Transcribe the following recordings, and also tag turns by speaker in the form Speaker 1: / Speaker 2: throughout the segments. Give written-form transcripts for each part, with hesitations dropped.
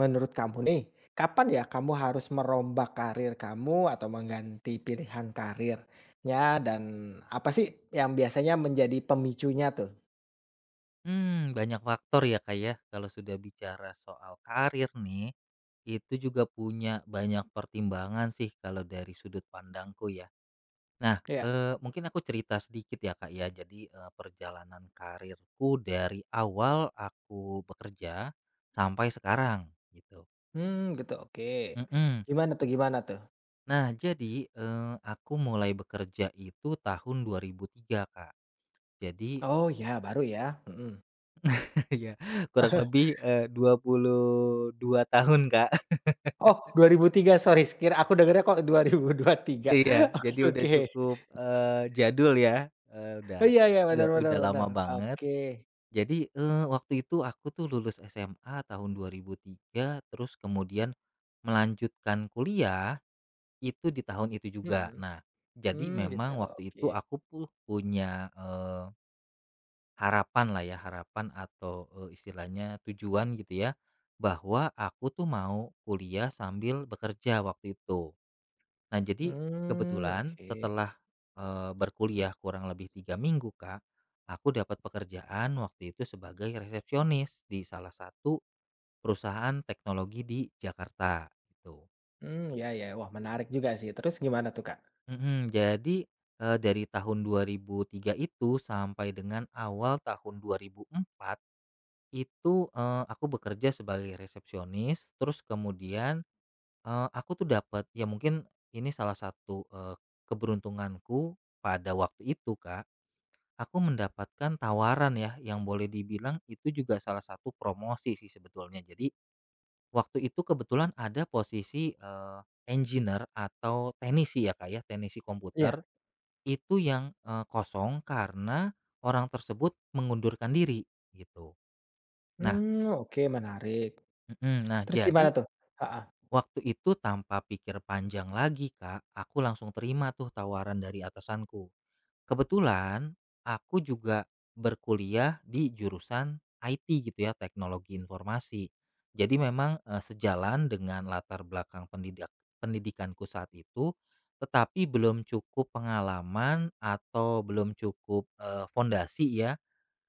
Speaker 1: Menurut kamu nih, kapan ya kamu harus merombak karir kamu atau mengganti pilihan karirnya dan apa sih yang biasanya menjadi pemicunya tuh?
Speaker 2: Banyak faktor ya, Kak, ya, kalau sudah bicara soal karir nih, itu juga punya banyak pertimbangan sih kalau dari sudut pandangku ya. Nah,
Speaker 1: Iya.
Speaker 2: mungkin aku cerita sedikit ya, Kak, ya. Jadi, perjalanan karirku dari awal aku bekerja sampai sekarang gitu.
Speaker 1: Mmm, gitu, oke.
Speaker 2: Mhm.
Speaker 1: Gimana tuh gimana tuh?
Speaker 2: Nah, jadi, aku mulai bekerja itu tahun 2003, Kak. Jadi
Speaker 1: Oh ya, baru ya? Mhm.
Speaker 2: ya kurang lebih, 22 tahun, Kak.
Speaker 1: Oh 2003, sorry, sekira aku dengernya kok 2023.
Speaker 2: Iya,
Speaker 1: Oke
Speaker 2: jadi udah
Speaker 1: oke.
Speaker 2: cukup, jadul ya, udah
Speaker 1: Oh iya iya, benar
Speaker 2: udah
Speaker 1: benar
Speaker 2: udah
Speaker 1: benar.
Speaker 2: lama banget.
Speaker 1: Oke.
Speaker 2: Jadi, waktu itu aku tuh lulus SMA tahun 2003, terus kemudian melanjutkan kuliah itu di tahun itu
Speaker 1: Mhm.
Speaker 2: juga. Nah, jadi
Speaker 1: Mmm, gitu,
Speaker 2: memang waktu
Speaker 1: oke.
Speaker 2: itu aku punya, harapanlah ya, harapan atau, istilahnya tujuan gitu ya, bahwa aku tuh mau kuliah sambil bekerja waktu itu. Nah, jadi
Speaker 1: Hmm,
Speaker 2: kebetulan
Speaker 1: oke.
Speaker 2: setelah, berkuliah kurang lebih 3 minggu, Kak, aku dapat pekerjaan waktu itu sebagai resepsionis di salah satu perusahaan teknologi di Jakarta, gitu.
Speaker 1: Hmm, ya ya. Wah, menarik juga sih. Terus gimana tuh, Kak?
Speaker 2: Mhm, jadi, dari tahun 2003 itu sampai dengan awal tahun 2004 itu, aku bekerja sebagai resepsionis, terus kemudian, aku tuh dapat ya mungkin ini salah satu, keberuntunganku pada waktu itu, Kak. Aku mendapatkan tawaran ya, yang boleh dibilang itu juga salah satu promosi sih sebetulnya. Jadi, waktu itu kebetulan ada posisi, engineer atau teknisi ya, Kak, ya, teknisi
Speaker 1: Iya,
Speaker 2: komputer, itu yang, kosong karena orang tersebut mengundurkan diri, gitu. Nah
Speaker 1: mmm, oke, menarik.
Speaker 2: mhm, nah,
Speaker 1: Terus gimana
Speaker 2: jadi
Speaker 1: tuh? Heeh,
Speaker 2: waktu itu tanpa pikir panjang lagi, Kak, aku langsung terima tuh tawaran dari atasanku. Kebetulan aku juga berkuliah di jurusan IT gitu ya, teknologi informasi. Jadi memang, sejalan dengan latar belakang pendidikanku saat itu, tetapi belum cukup pengalaman atau belum cukup, fondasi ya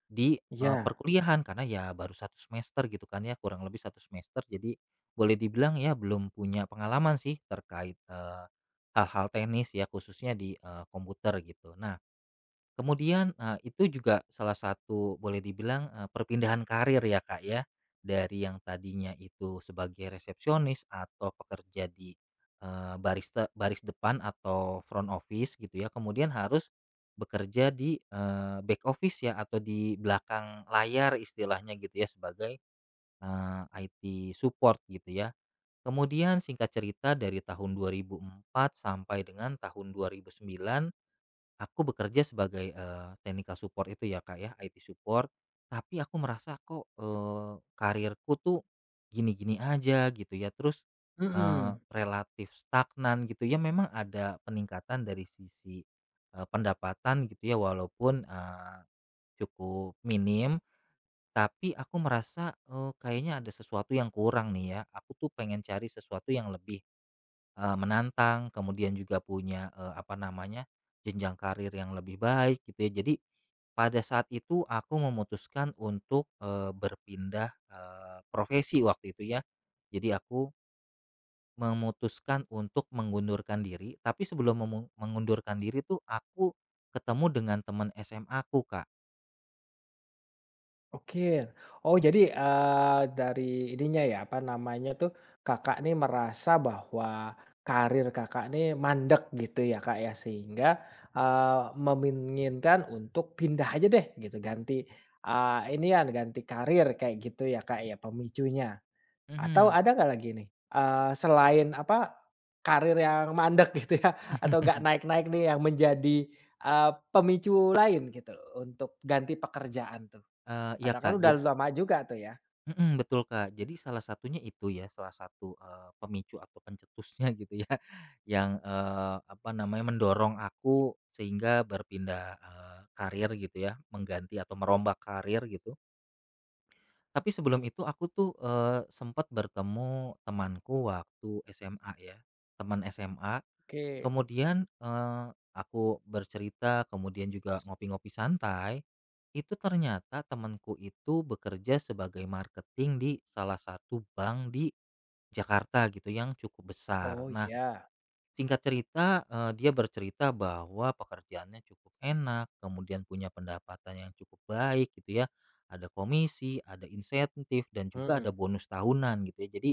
Speaker 2: di,
Speaker 1: iya,
Speaker 2: perkuliahan karena ya baru satu semester gitu kan ya, kurang lebih satu semester. Jadi boleh dibilang ya belum punya pengalaman sih terkait, hal-hal teknis ya khususnya di, komputer gitu. Nah kemudian, itu juga salah satu boleh dibilang, perpindahan karir ya, Kak, ya, dari yang tadinya itu sebagai resepsionis atau pekerja di, barista baris depan atau front office gitu ya, kemudian harus bekerja di, back office ya atau di belakang layar istilahnya gitu ya sebagai, IT support gitu ya. Kemudian singkat cerita dari tahun 2004 sampai dengan tahun 2009. Aku bekerja sebagai, technical support itu ya, Kak, ya, IT support, tapi aku merasa kok, karirku tuh gini-gini aja gitu ya, terus,
Speaker 1: mhm,
Speaker 2: relatif stagnan gitu ya. Memang ada peningkatan dari sisi, pendapatan gitu ya walaupun, cukup minim, tapi aku merasa, kayaknya ada sesuatu yang kurang nih ya, aku tuh pengen cari sesuatu yang lebih. Menantang, kemudian juga punya, apa namanya, jenjang karir yang lebih baik gitu ya. Jadi, pada saat itu aku memutuskan untuk, berpindah, profesi waktu itu ya. Jadi aku memutuskan untuk mengundurkan diri, tapi sebelum mengundurkan diri tuh aku ketemu dengan teman SMA aku, Kak.
Speaker 1: oke. Oh jadi, dari ininya ya, apa namanya tuh, Kakak nih merasa bahwa karir Kakak nih mandek gitu ya, Kak, ya, sehingga, menginginkan untuk pindah aja deh gitu, ganti, inian, ganti karir kayak gitu ya, Kak, ya, pemicunya? Atau
Speaker 2: Mhm.
Speaker 1: ada nggak lagi nih, selain apa, karir yang mandek gitu ya atau nggak naik-naik nih yang menjadi, pemicu lain gitu untuk ganti pekerjaan tuh?
Speaker 2: Iya,
Speaker 1: Karena kan
Speaker 2: Kak.
Speaker 1: udah
Speaker 2: Jadi.
Speaker 1: lama juga tuh ya.
Speaker 2: Mhm, betul, Kak. Jadi salah satunya itu ya, salah satu, pemicu atau pencetusnya gitu ya, yang, apa namanya, mendorong aku sehingga berpindah, karir gitu ya, mengganti atau merombak karir gitu, tapi sebelum itu aku tuh, sempet bertemu temanku waktu SMA ya, teman SMA.
Speaker 1: Oke.
Speaker 2: Kemudian, aku bercerita, kemudian juga ngopi-ngopi santai. Itu ternyata temanku itu bekerja sebagai marketing di salah satu bank di Jakarta gitu yang cukup besar.
Speaker 1: Oh
Speaker 2: Nah,
Speaker 1: iya,
Speaker 2: singkat cerita, dia bercerita bahwa pekerjaannya cukup enak, kemudian punya pendapatan yang cukup baik gitu ya, ada komisi, ada insentif, dan juga ada
Speaker 1: mhm.
Speaker 2: bonus tahunan gitu ya. Jadi,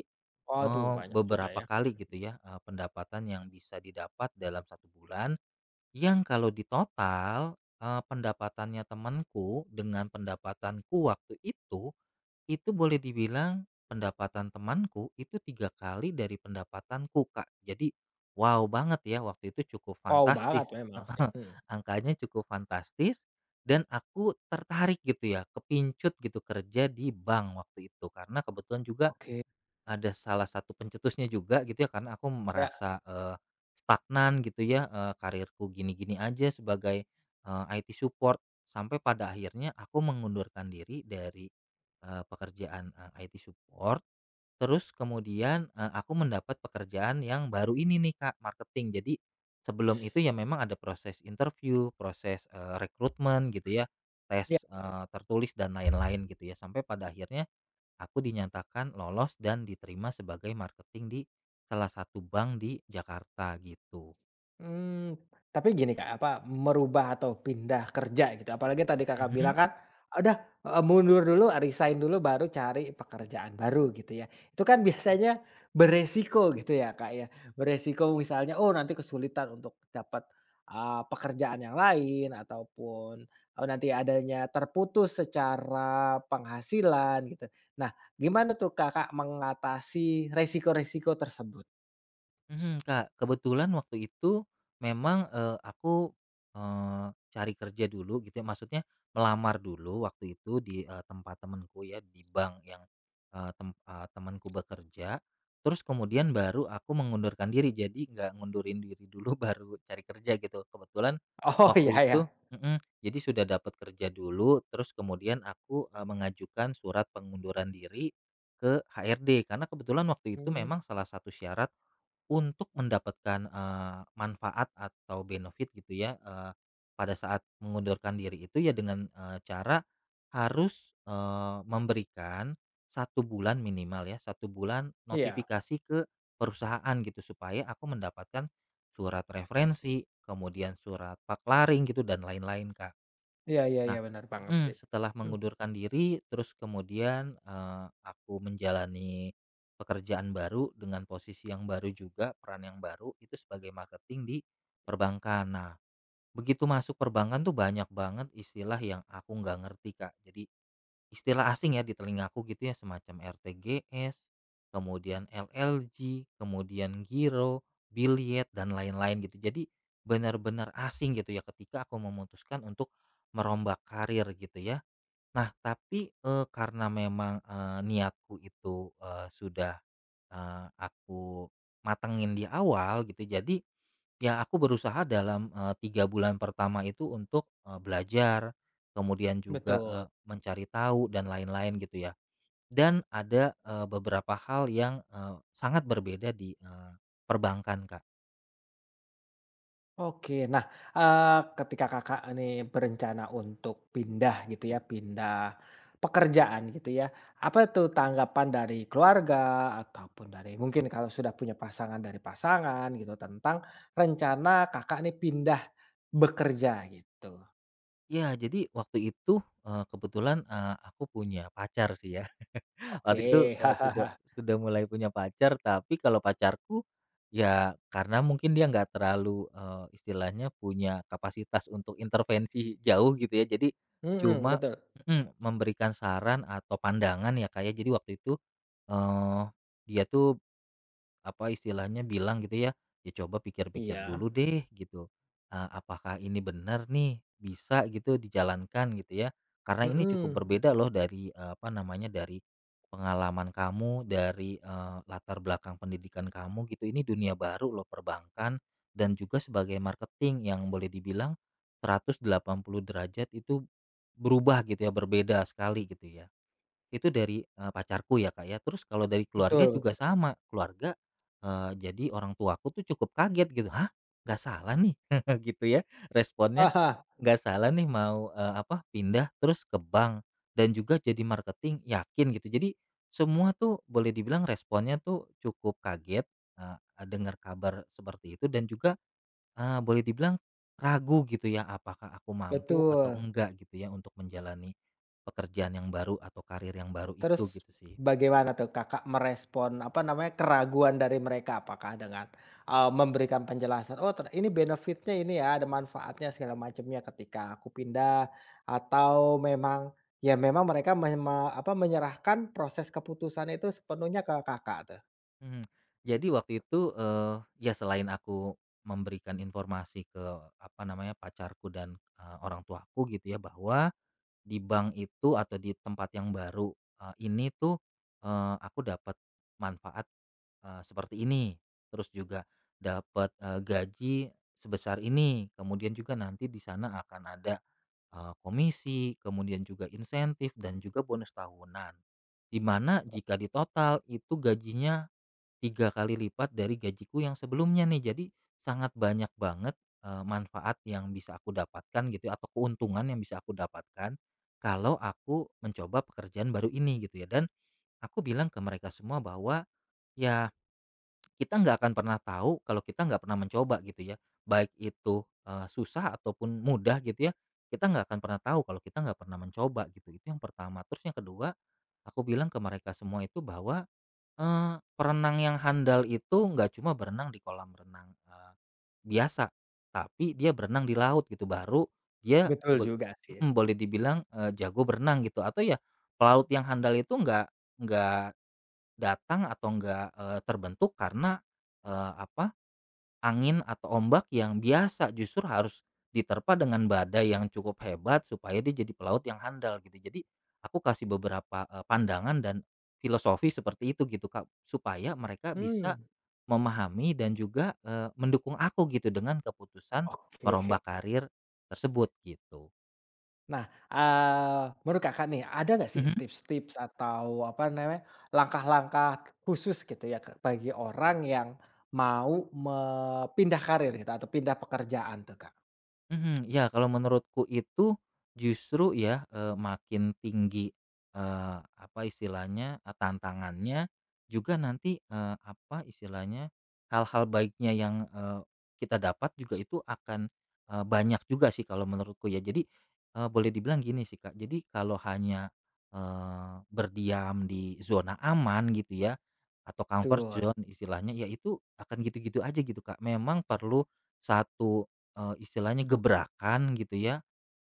Speaker 1: Waduh, banyak juga
Speaker 2: beberapa
Speaker 1: ya.
Speaker 2: kali gitu ya, pendapatan yang bisa didapat dalam satu bulan, yang kalau ditotal, pendapatannya temanku dengan pendapatanku waktu itu boleh dibilang pendapatan temanku itu 3 kali dari pendapatanku, Kak. Jadi, wow banget ya waktu itu cukup
Speaker 1: Wow banget
Speaker 2: fantastis,
Speaker 1: memang sih, mhm.
Speaker 2: angkanya cukup fantastis dan aku tertarik gitu ya, kepincut gitu kerja di bank waktu itu, karena kebetulan juga
Speaker 1: Oke,
Speaker 2: ada salah satu pencetusnya juga gitu ya karena aku
Speaker 1: ya.
Speaker 2: merasa, stagnan gitu ya, karirku gini-gini aja sebagai, IT support sampai pada akhirnya aku mengundurkan diri dari, pekerjaan, IT support terus kemudian, aku mendapat pekerjaan yang baru ini nih, Kak, marketing. Jadi sebelum itu ya memang ada proses interview, proses, rekrutmen gitu ya, tes, tertulis dan lain-lain gitu ya sampai pada akhirnya aku dinyatakan lolos dan diterima sebagai marketing di salah satu bank di Jakarta gitu.
Speaker 1: Mmm, tapi gini Kak, apa, merubah atau pindah kerja gitu, apalagi tadi Kakak
Speaker 2: Mhm.
Speaker 1: bilang kan, udah, mundur dulu, resign dulu, baru cari pekerjaan baru gitu ya. Itu kan biasanya beresiko gitu ya Kak ya, beresiko misalnya, oh nanti kesulitan untuk dapat, pekerjaan yang lain ataupun, nanti adanya terputus secara penghasilan gitu. Nah, gimana tuh Kakak mengatasi resiko-resiko tersebut?
Speaker 2: Mhm, Kak, kebetulan waktu itu memang, aku, eee, cari kerja dulu gitu ya, maksudnya melamar dulu waktu itu di, tempat temanku ya, di bank yang, temenku bekerja. Terus kemudian baru aku mengundurkan diri, jadi nggak ngundurin diri dulu baru cari kerja gitu. Kebetulan
Speaker 1: Oh,
Speaker 2: waktu
Speaker 1: iya ya.
Speaker 2: itu jadi sudah dapat kerja dulu, terus kemudian aku, mengajukan surat pengunduran diri ke HRD, karena kebetulan waktu itu
Speaker 1: Mmm,
Speaker 2: memang salah satu syarat untuk mendapatkan, manfaat atau benefit gitu ya, pada saat mengundurkan diri itu ya dengan, cara harus, memberikan satu bulan minimal ya, satu bulan
Speaker 1: iya.
Speaker 2: notifikasi ke perusahaan gitu supaya aku mendapatkan surat referensi, kemudian surat paklaring gitu dan lain-lain, Kak.
Speaker 1: Iya iya iya,
Speaker 2: Nah,
Speaker 1: benar banget
Speaker 2: mhm,
Speaker 1: sih.
Speaker 2: setelah
Speaker 1: Mhm.
Speaker 2: mengundurkan diri terus kemudian, aku menjalani pekerjaan baru dengan posisi yang baru juga, peran yang baru itu sebagai marketing di perbankan. Nah, begitu masuk perbankan tuh banyak banget istilah yang aku nggak ngerti, Kak. Jadi, istilah asing ya di telingaku gitu ya semacam RTGS, kemudian LLG, kemudian giro, biliet dan lain-lain gitu. Jadi benar-benar asing gitu ya ketika aku memutuskan untuk merombak karir gitu ya. Nah, tapi, karena memang, niatku itu, sudah. Aku matengin di awal gitu jadi, ya aku berusaha dalam, 3 bulan pertama itu untuk, belajar, kemudian juga,
Speaker 1: Betul.
Speaker 2: mencari tahu dan lain-lain gitu ya dan ada, beberapa hal yang, sangat berbeda di, perbankan, Kak.
Speaker 1: Oke, nah, ketika Kakak ini berencana untuk pindah gitu ya, pindah pekerjaan gitu ya, apa itu tanggapan dari keluarga ataupun dari mungkin kalau sudah punya pasangan dari pasangan gitu tentang rencana Kakak ini pindah bekerja gitu?
Speaker 2: Ya jadi waktu itu, kebetulan, aku punya pacar sih ya. Waktu itu,
Speaker 1: Oke.
Speaker 2: sudah sudah mulai punya pacar, tapi kalau pacarku, ya karena mungkin dia nggak terlalu, istilahnya punya kapasitas untuk intervensi jauh gitu ya, jadi
Speaker 1: Mhm,
Speaker 2: cuma
Speaker 1: betul.
Speaker 2: mhm, memberikan saran atau pandangan ya kayak. Jadi waktu itu, eee, dia tuh apa istilahnya bilang gitu ya, "Ya coba pikir-pikir
Speaker 1: Iya.
Speaker 2: dulu deh," gitu, "apakah ini benar nih bisa gitu dijalankan?" Gitu ya. Karena ini cukup
Speaker 1: Mhm,
Speaker 2: berbeda loh dari, apa namanya, dari pengalaman kamu, dari, latar belakang pendidikan kamu gitu. Ini dunia baru loh perbankan dan juga sebagai marketing yang boleh dibilang 180 derajat itu berubah gitu ya, berbeda sekali gitu ya. Itu dari, pacarku ya, Kak, ya. Terus kalau dari keluarga
Speaker 1: betul betul.
Speaker 2: juga sama, keluarga, jadi orang tuaku tuh cukup kaget gitu, "Hah, nggak salah nih?" gitu ya responnya,
Speaker 1: Heeh,
Speaker 2: "Nggak salah nih mau," apa, pindah terus ke bank dan juga jadi marketing, yakin gitu. Jadi semua tuh boleh dibilang responnya tuh cukup kaget, eee, dengar kabar seperti itu dan juga boleh dibilang ragu gitu ya, apakah aku mampu atau
Speaker 1: betul.
Speaker 2: enggak gitu ya untuk menjalani pekerjaan yang baru atau karir yang baru itu
Speaker 1: Terus
Speaker 2: gitu sih.
Speaker 1: bagaimana tuh Kakak merespon, apa namanya, keraguan dari mereka? Apakah dengan, memberikan penjelasan, "Oh ter ini benefitnya ini ya, ada manfaatnya segala macamnya ketika aku pindah," atau memang, ya memang mereka me me apa, menyerahkan proses keputusan itu sepenuhnya ke Kakak tuh?
Speaker 2: Mhm. Jadi waktu itu, ya selain aku memberikan informasi ke apa namanya, pacarku dan, orang tuaku gitu ya bahwa di bank itu atau di tempat yang baru, ini tuh, aku dapat manfaat seperti ini, terus juga dapat, gaji sebesar ini, kemudian juga nanti di sana akan ada, komisi, kemudian juga insentif dan juga bonus tahunan. Dimana mana jika ditotal itu gajinya 3 kali lipat dari gajiku yang sebelumnya nih. Jadi sangat banyak banget, manfaat yang bisa aku dapatkan gitu ya atau keuntungan yang bisa aku dapatkan kalau aku mencoba pekerjaan baru ini gitu ya. Dan aku bilang ke mereka semua bahwa, "Ya kita nggak akan pernah tahu kalau kita nggak pernah mencoba gitu ya, baik itu, susah ataupun mudah gitu ya, kita nggak akan pernah tahu kalau kita nggak pernah mencoba gitu, itu yang pertama. Terus yang kedua, aku bilang ke mereka semua itu bahwa, perenang yang handal itu nggak cuma berenang di kolam renang, biasa, tapi dia berenang di laut gitu, baru dia
Speaker 1: Betul juga sih.
Speaker 2: boleh dibilang, jago berenang gitu, atau ya pelaut yang handal itu nggak datang atau enggak, terbentuk karena, apa, angin atau ombak yang biasa justru harus diterpa dengan badai yang cukup hebat supaya dia jadi pelaut yang handal gitu. Jadi aku kasih beberapa, pandangan dan filosofi seperti itu gitu, Kak, supaya mereka
Speaker 1: Hmm,
Speaker 2: bisa memahami dan juga, mendukung aku gitu dengan keputusan
Speaker 1: oke.
Speaker 2: merombak karir tersebut gitu.
Speaker 1: Nah, menurut Kakak nih, ada nggak sih
Speaker 2: Mhm.
Speaker 1: tips-tips atau apa namanya, langkah-langkah khusus gitu ya, Kak, bagi orang yang mau me pindah karir gitu atau pindah pekerjaan tuh, Kak?
Speaker 2: Mhm, ya kalau menurutku itu justru ya, makin tinggi, apa istilahnya, tantangannya juga nanti, apa istilahnya, hal-hal baiknya yang, kita dapat juga itu akan, banyak juga sih kalau menurutku ya. Jadi, boleh dibilang gini sih, Kak, jadi kalau hanya, berdiam di zona aman gitu ya atau comfort
Speaker 1: Betul,
Speaker 2: zone istilahnya, ya itu akan gitu-gitu aja gitu, Kak. Memang perlu satu istilahnya gebrakan gitu ya,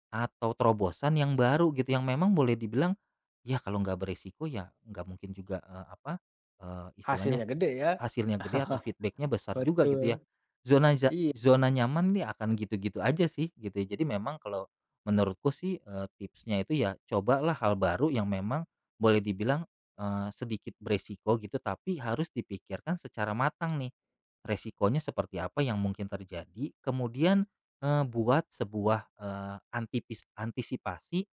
Speaker 2: atau terobosan yang baru gitu, yang memang boleh dibilang, ya kalau nggak beresiko ya nggak mungkin juga, apa, istilahnya
Speaker 1: hasilnya gede ya.
Speaker 2: hasilnya gede atau feedbacknya besar juga gitu ya.
Speaker 1: Betul,
Speaker 2: Zona ja
Speaker 1: iya,
Speaker 2: zona nyaman nih akan gitu-gitu aja sih gitu ya. Jadi memang kalau menurutku sih, tipsnya itu ya cobalah hal baru yang memang boleh dibilang, sedikit beresiko gitu, tapi harus dipikirkan secara matang nih. Resikonya seperti apa yang mungkin terjadi, kemudian buat sebuah, antisipasi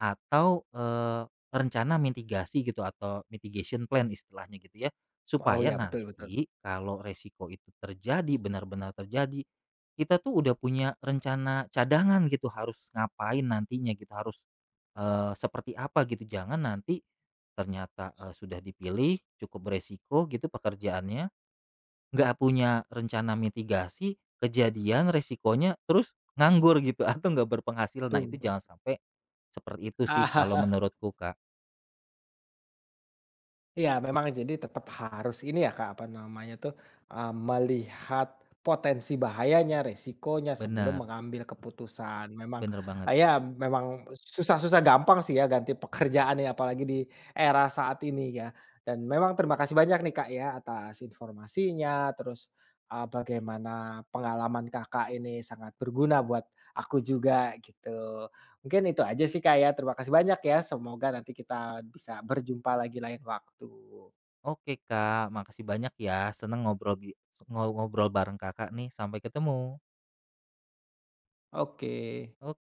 Speaker 2: atau, rencana mitigasi gitu atau mitigation plan istilahnya gitu ya,
Speaker 1: oh
Speaker 2: supaya
Speaker 1: ya, betul betul,
Speaker 2: nanti kalau resiko itu terjadi, benar-benar terjadi, kita tuh udah punya rencana cadangan gitu harus ngapain nantinya gitu, harus, seperti apa gitu. Jangan nanti ternyata, sudah dipilih cukup beresiko gitu pekerjaannya. Nggak punya rencana mitigasi, kejadian resikonya terus nganggur gitu atau nggak berpenghasil. Nah, itu
Speaker 1: betul.
Speaker 2: jangan sampai seperti itu sih kalau menurutku, Kak.
Speaker 1: Iya memang jadi tetap harus ini ya Kak, apa namanya tuh, melihat potensi bahayanya, resikonya sebelum
Speaker 2: Bener,
Speaker 1: mengambil keputusan. Memang,
Speaker 2: bener banget.
Speaker 1: ya memang susah-susah gampang sih ya ganti pekerjaan ya apalagi di era saat ini ya. Dan memang terima kasih banyak nih Kak ya atas informasinya, terus, bagaimana pengalaman Kakak ini sangat berguna buat aku juga gitu. Mungkin itu aja sih, Kak, ya. Terima kasih banyak ya, semoga nanti kita bisa berjumpa lagi lain waktu.
Speaker 2: Oke, Kak, makasih banyak ya. Seneng ngobrol bi ngo ngobrol bareng Kakak nih. Sampai ketemu.
Speaker 1: Oke.